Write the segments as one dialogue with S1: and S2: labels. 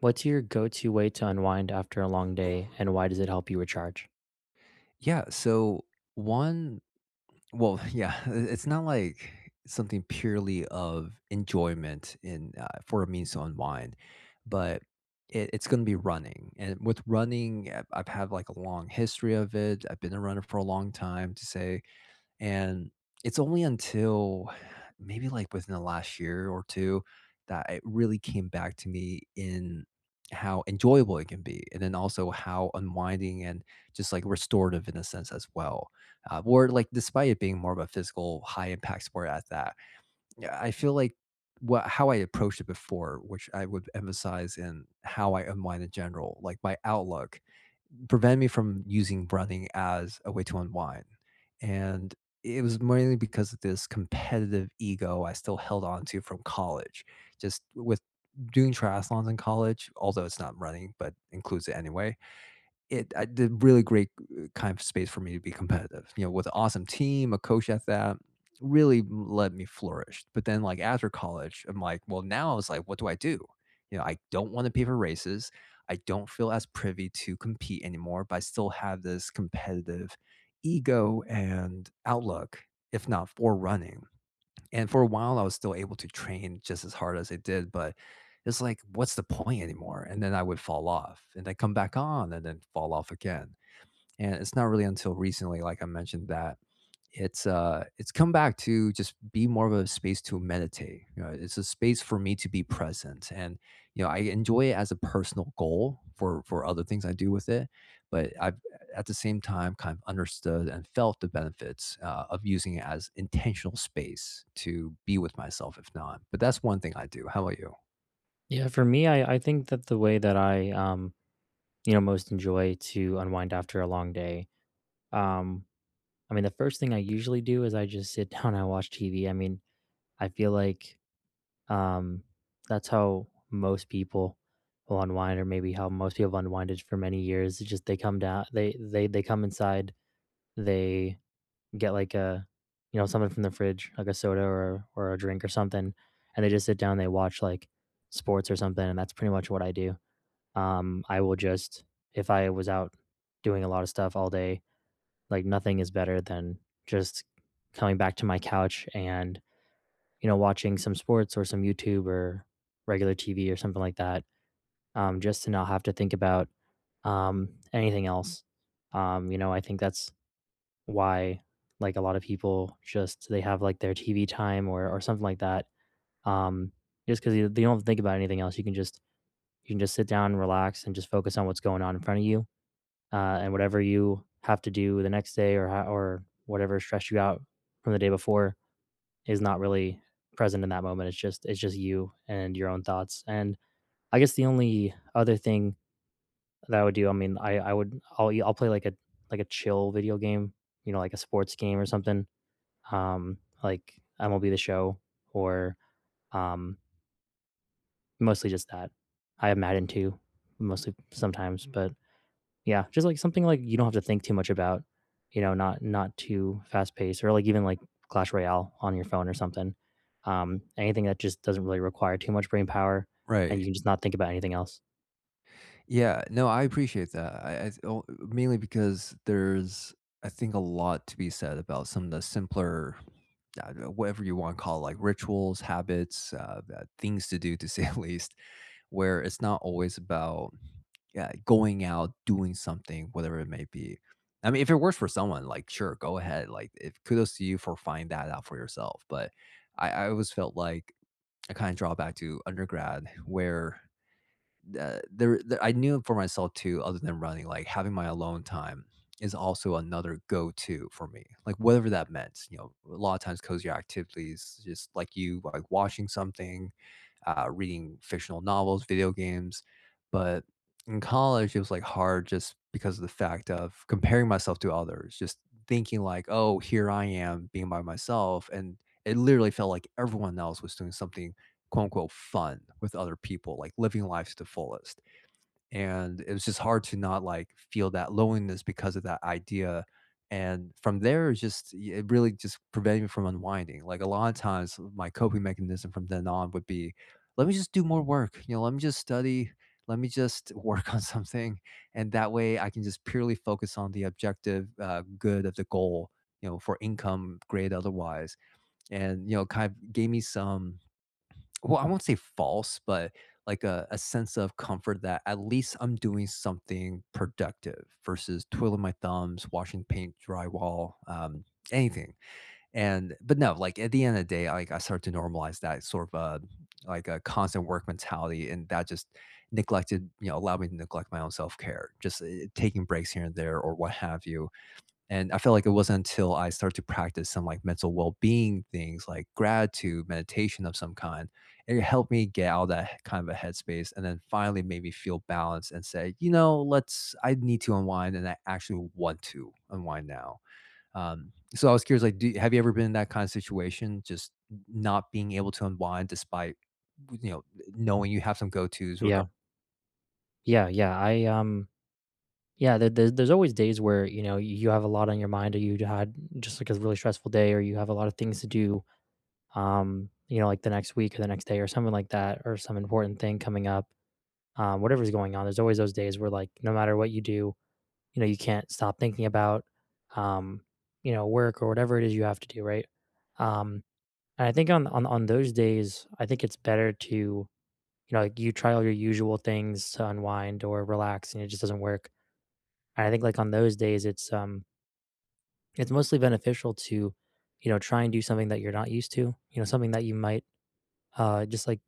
S1: What's your go-to way to unwind after a long day, and why does it help you recharge?
S2: Yeah, so one yeah, it's not like something purely of enjoyment in for a means to unwind, but it's going to be running. And with running, I've had, like, a long history of it. I've been a runner for a long time to say. And it's only until, maybe, like, within the last year or two that it really came back to me in how enjoyable it can be. And then also how unwinding and just, like, restorative, in a sense, as well. Where, like, despite it being more of a physical high impact sport at that, yeah, I feel like what how I approached it before, which I would emphasize in how I unwind in general, like my outlook, prevent me from using running as a way to unwind. And it was mainly because of this competitive ego I still held on to from college. Just with doing triathlons in college, although it's not running, but includes it anyway. It I did really great, kind of space for me to be competitive, you know, with an awesome team, a coach at that really let me flourish. But then, like, after college, I'm like, well, now I was like, what do I do? You know, I don't want to pay for races. I don't feel as privy to compete anymore, but I still have this competitive ego and outlook, if not for running. And for a while, I was still able to train just as hard as I did, but it's like, what's the point anymore? And then I would fall off and then come back on and then fall off again. And it's not really until recently, like I mentioned, that it's come back to just be more of a space to meditate. You know, it's a space for me to be present, and, you know, I enjoy it as a personal goal for other things I do with it, but I've at the same time kind of understood and felt the benefits, of using it as intentional space to be with myself, if not, but that's one thing I do. How about you?
S1: Yeah, for me, I think that the way that I most enjoy to unwind after a long day, um, I mean, the first thing I usually do is I just sit down and I watch TV. I mean, I feel like um that's how most people will unwind, or maybe how most people have unwinded for many years. It's just they come down, they come inside, they get like a, you know, something from the fridge, like a soda or a drink or something, and they just sit down, they watch like sports or something, and that's pretty much what I do. I will just, if I was out doing a lot of stuff all day, like nothing is better than just coming back to my couch and, you know, watching some sports or some YouTube or regular TV or something like that. Just to not have to think about anything else. You know, I think that's why, like, a lot of people just, they have, like, their TV time or something like that, um, just because you they don't have to think about anything else. You can just, you can just sit down and relax and just focus on what's going on in front of you, and whatever you have to do the next day, or ho or whatever stressed you out from the day before is not really present in that moment. It's just, it's just you and your own thoughts. And I guess the only other thing that I would do, I mean, I would I'll play, like, a chill video game, you know, like a sports game or something, um, like MLB The Show, or um, mostly just that. I have Madden too, mostly sometimes. But yeah, just like something like you don't have to think too much about, you know, not, not too fast paced, or like even like Clash Royale on your phone or something. Anything that just doesn't really require too much brain power, and
S2: Right.
S1: you can just not think about anything else.
S2: Yeah, no, I appreciate that. I, mainly because there's, I think, a lot to be said about some of the simpler, I don't know, whatever you want to call, it, like rituals, habits, things to do, to say at least, where it's not always about yeah, going out, doing something, whatever it may be. I mean, if it works for someone, like, sure, go ahead. Like, if kudos to you for finding that out for yourself. But I always felt like I kind of draw back to undergrad, where there I knew for myself too, other than running, like having my alone time is also another go-to for me. Like whatever that meant, you know, a lot of times cozy activities, just like you, like watching something, reading fictional novels, video games. But in college, it was like hard just because of the fact of comparing myself to others, just thinking like, oh, here I am being by myself. And it literally felt like everyone else was doing something quote unquote fun with other people, like living life to the fullest. And it was just hard to not like feel that loneliness because of that idea. And from there, it's just it really just prevented me from unwinding. Like, a lot of times, my coping mechanism from then on would be, let me just do more work. You know, let me just study. Let me just work on something, and that way I can just purely focus on the objective, good of the goal. You know, for income, grade otherwise, and you know, kind of gave me some, well, I won't say false, but like a sense of comfort that at least I'm doing something productive versus twiddling my thumbs, washing paint, drywall, anything. And but no, like at the end of the day, like I started to normalize that sort of, like a constant work mentality, and that just neglected, you know, allowed me to neglect my own self care, just taking breaks here and there or what have you. And I felt like it wasn't until I started to practice some, like, mental well-being things like gratitude, meditation of some kind, it helped me get out of that kind of a headspace and then finally made me feel balanced and say, you know, let's I need to unwind and I actually want to unwind now. So I was curious, like, have you ever been in that kind of situation, just not being able to unwind despite, you know, knowing you have some go-tos?
S1: Yeah. Yeah, yeah. I yeah, there's always days where, you know, you have a lot on your mind, or you had just like a really stressful day, or you have a lot of things to do, you know, like the next week or the next day or something like that, or some important thing coming up, whatever's going on. There's always those days where, like, no matter what you do, you know, you can't stop thinking about, um, you know, work or whatever it is you have to do, right? Um, and I think on on those days, I think it's better to, you know, like, you try all your usual things to unwind or relax, and it just doesn't work. And I think like on those days, it's mostly beneficial to, you know, try and do something that you're not used to, you know, something that you might just like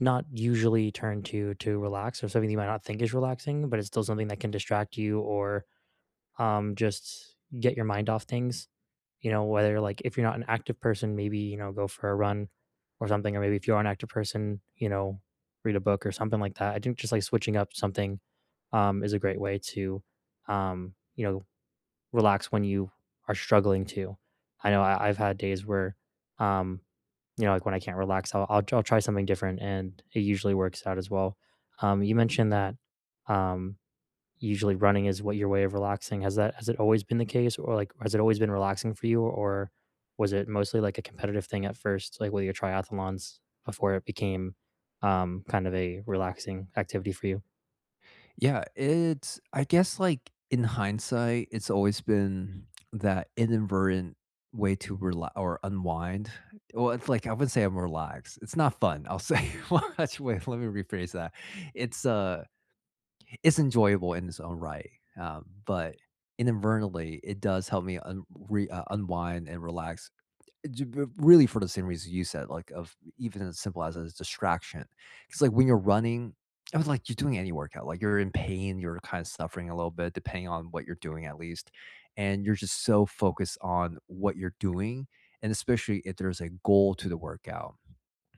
S1: not usually turn to relax, or something that you might not think is relaxing, but it's still something that can distract you or, just get your mind off things. You know, whether, like, if you're not an active person, maybe, you know, go for a run or something, or maybe if you are an active person, you know, read a book or something like that. I think just like switching up something is a great way to, you know, relax when you are struggling to. I know I've had days where, um, you know, like when I can't relax, I'll try something different, and it usually works out as well. You mentioned that um, usually running is what your way of relaxing. Has it always been the case, or like, has it always been relaxing for you, or was it mostly like a competitive thing at first, like with your triathlons, before it became, kind of a relaxing activity for you?
S2: Yeah, it's, I guess, like, in hindsight, it's always been that inadvertent way to rela or unwind. Well, it's like, I wouldn't say I'm relaxed. It's not fun, I'll say. Well, actually, wait, let me rephrase that. It's, uh it's enjoyable in its own right, but inadvertently, it does help me un re unwind and relax, really for the same reason you said, like, of even as simple as a distraction. Because like when you're running, I was like, you're doing any workout, like you're in pain, you're kind of suffering a little bit, depending on what you're doing at least, and you're just so focused on what you're doing, and especially if there's a goal to the workout.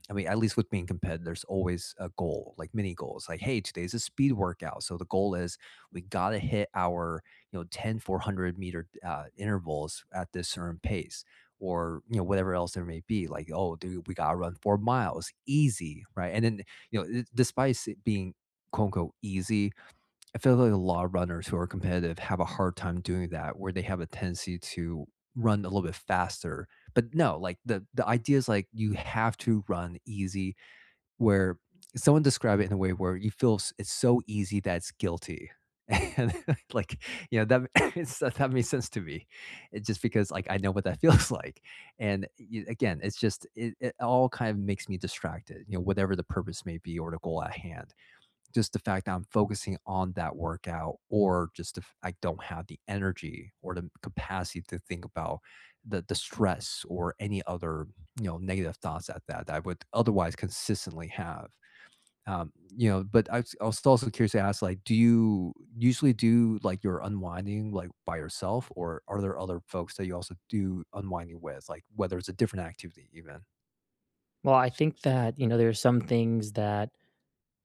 S2: I mean, at least with being competitive, there's always a goal, like, mini goals. Like, hey, today's a speed workout. So the goal is we got to hit our, you know, ten 400-meter intervals at this certain pace or, you know, whatever else there may be. Like, oh, dude, we got to run 4 miles easy. Right. And then, you know, despite it being quote unquote easy, I feel like a lot of runners who are competitive have a hard time doing that, where they have a tendency to run a little bit faster. But no, like the idea is, like, you have to run easy. Where someone described it in a way where you feel it's so easy that it's guilty, and like you know that it's, that that makes sense to me. It's just because like I know what that feels like, and y again, it's just it all kind of makes me distracted. You know, whatever the purpose may be or the goal at hand, just the fact that I'm focusing on that workout, or just if I don't have the energy or the capacity to think about the stress or any other, you know, negative thoughts at that, that I would otherwise consistently have. You know, but I was also curious to ask, like, do you usually do, like, your unwinding, like, by yourself, or are there other folks that you also do unwinding with, like whether it's a different activity even?
S1: Well, I think that, you know, there are some things that,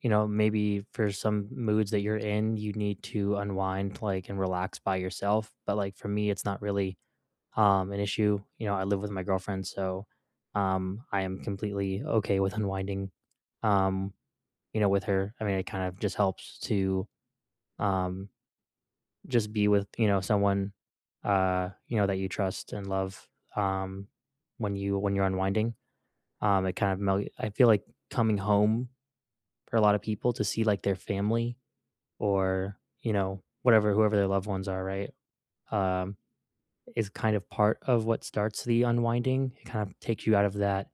S1: you know, maybe for some moods that you're in, you need to unwind, like, and relax by yourself. But like for me, it's not really an issue. You know, I live with my girlfriend, so, I am completely okay with unwinding, um, you know, with her. I mean, it kind of just helps to, um, just be with, you know, someone, you know, that you trust and love. Um, when you, when you're unwinding, it kind of I feel like coming home for a lot of people to see like their family, or, you know, whatever, whoever their loved ones are, right? Um, is kind of part of what starts the unwinding. It kind of takes you out of that,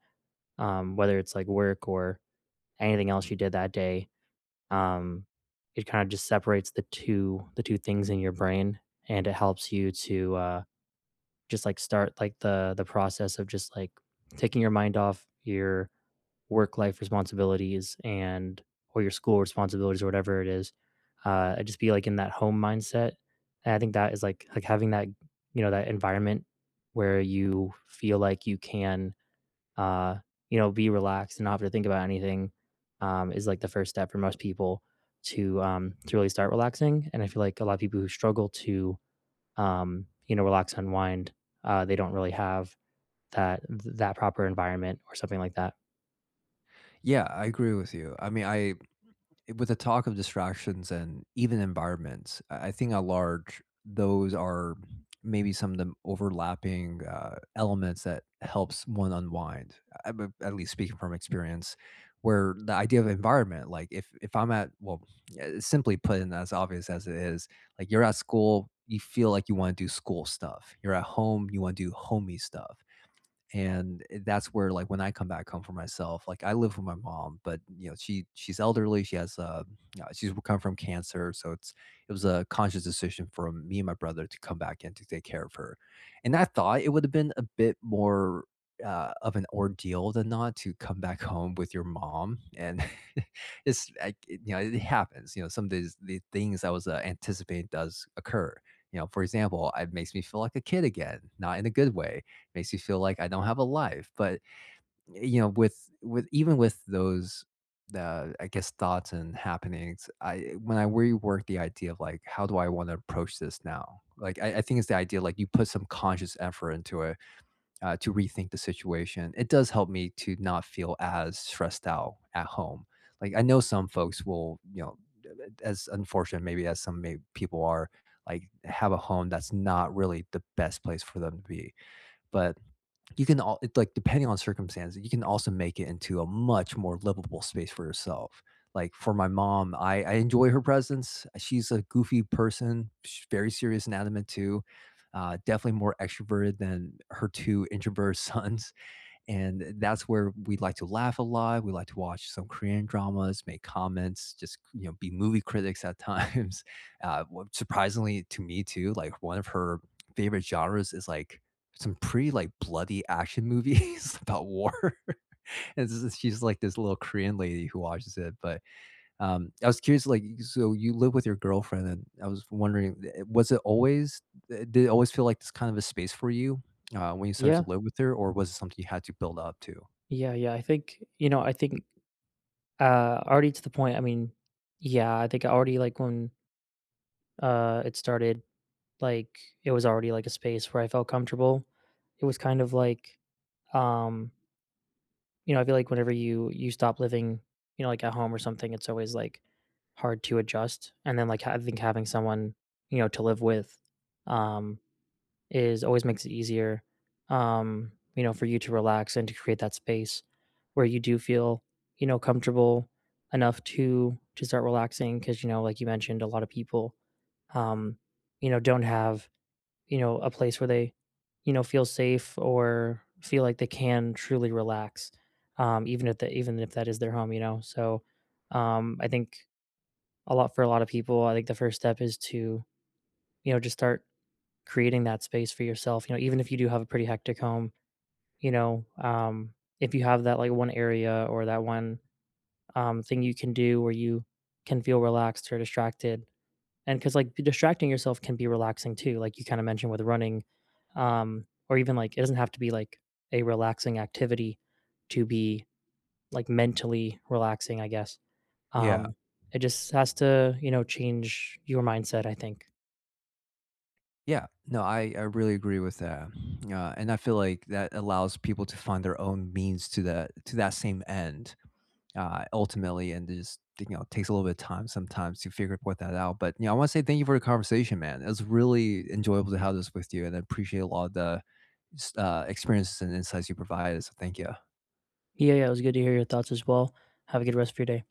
S1: whether it's like work or anything else you did that day. Um, it kind of just separates the two things in your brain, and it helps you to just like start like the process of just like taking your mind off your work life responsibilities and or your school responsibilities or whatever it is. I'd just be like in that home mindset, and I think that is like having that, you know, that environment where you feel like you can, uh, you know, be relaxed and not have to think about anything, is like the first step for most people to, to really start relaxing. And I feel like a lot of people who struggle to, you know, relax, unwind, they don't really have that proper environment or something like that.
S2: Yeah, I agree with you. I mean, I With the talk of distractions and even environments, I think at large, those are maybe some of the overlapping, elements that helps one unwind. But at least speaking from experience, where the idea of environment, like if I'm at, well, yeah, simply put, and as obvious as it is, like you're at school, you feel like you want to do school stuff. You're at home, you want to do homey stuff. And that's where, like, when I come back home for myself, like I live with my mom, but you know, she's elderly, she has, you know, she's come from cancer, so it's, it was a conscious decision for me and my brother to come back and to take care of her. And I thought it would have been a bit more, of an ordeal than not, to come back home with your mom. And it's like, you know, it happens, you know, some of the things I was, anticipating, does occur. You know, for example, it makes me feel like a kid again, not in a good way, makes you feel like I don't have a life. But you know, with even with those, I guess, thoughts and happenings, I when I rework the idea of, like, how do I want to approach this now? Like I think it's the idea, like, you put some conscious effort into it, to rethink the situation. It does help me to not feel as stressed out at home. Like I know some folks will, you know, as unfortunate maybe as some may, people are, like, have a home that's not really the best place for them to be. But you can all it's like, depending on circumstances, you can also make it into a much more livable space for yourself. Like for my mom, I enjoy her presence. She's a goofy person, very serious and adamant too. Definitely more extroverted than her two introvert sons, and that's where we like to laugh a lot. We like to watch some Korean dramas, make comments, just, you know, be movie critics at times. Surprisingly to me too, like one of her favorite genres is, like, some pretty, like, bloody action movies about war. And she's like this little Korean lady who watches it. But I was curious, like, so you live with your girlfriend, and I was wondering, was it always? Did it always feel like this kind of a space for you? When you started
S1: Yeah.
S2: to live with her, or was it something you had to build up to?
S1: Yeah, yeah, I think, you know, I think, already to the point, I mean, yeah, I think I already like when, it started, like it was already like a space where I felt comfortable. It was kind of like, um, you know, I feel like whenever you stop living, you know, like at home or something, it's always like hard to adjust. And then like I think having someone, you know, to live with, um, is always makes it easier, you know, for you to relax and to create that space where you do feel, you know, comfortable enough to start relaxing. Because, you know, like you mentioned, a lot of people, um, you know, don't have, you know, a place where they, you know, feel safe or feel like they can truly relax, even if that, even if that is their home. You know, so, I think a lot, for a lot of people. I think the first step is to, you know, just start creating that space for yourself, you know, even if you do have a pretty hectic home, you know, if you have that like one area or that one, thing you can do where you can feel relaxed or distracted. And because like distracting yourself can be relaxing too, like you kind of mentioned with running, or even like it doesn't have to be like a relaxing activity to be like mentally relaxing, I guess.
S2: Yeah.
S1: Um, it just has to, you know, change your mindset, I think.
S2: Yeah. No, I really agree with that. And I feel like that allows people to find their own means to that same end, ultimately. And it just, you know, takes a little bit of time sometimes to figure what that out. But you know, I want to say thank you for the conversation, man. It was really enjoyable to have this with you, and I appreciate a lot of the experiences and insights you provided. So thank you.
S1: Yeah, yeah, it was good to hear your thoughts as well. Have a good rest of your day.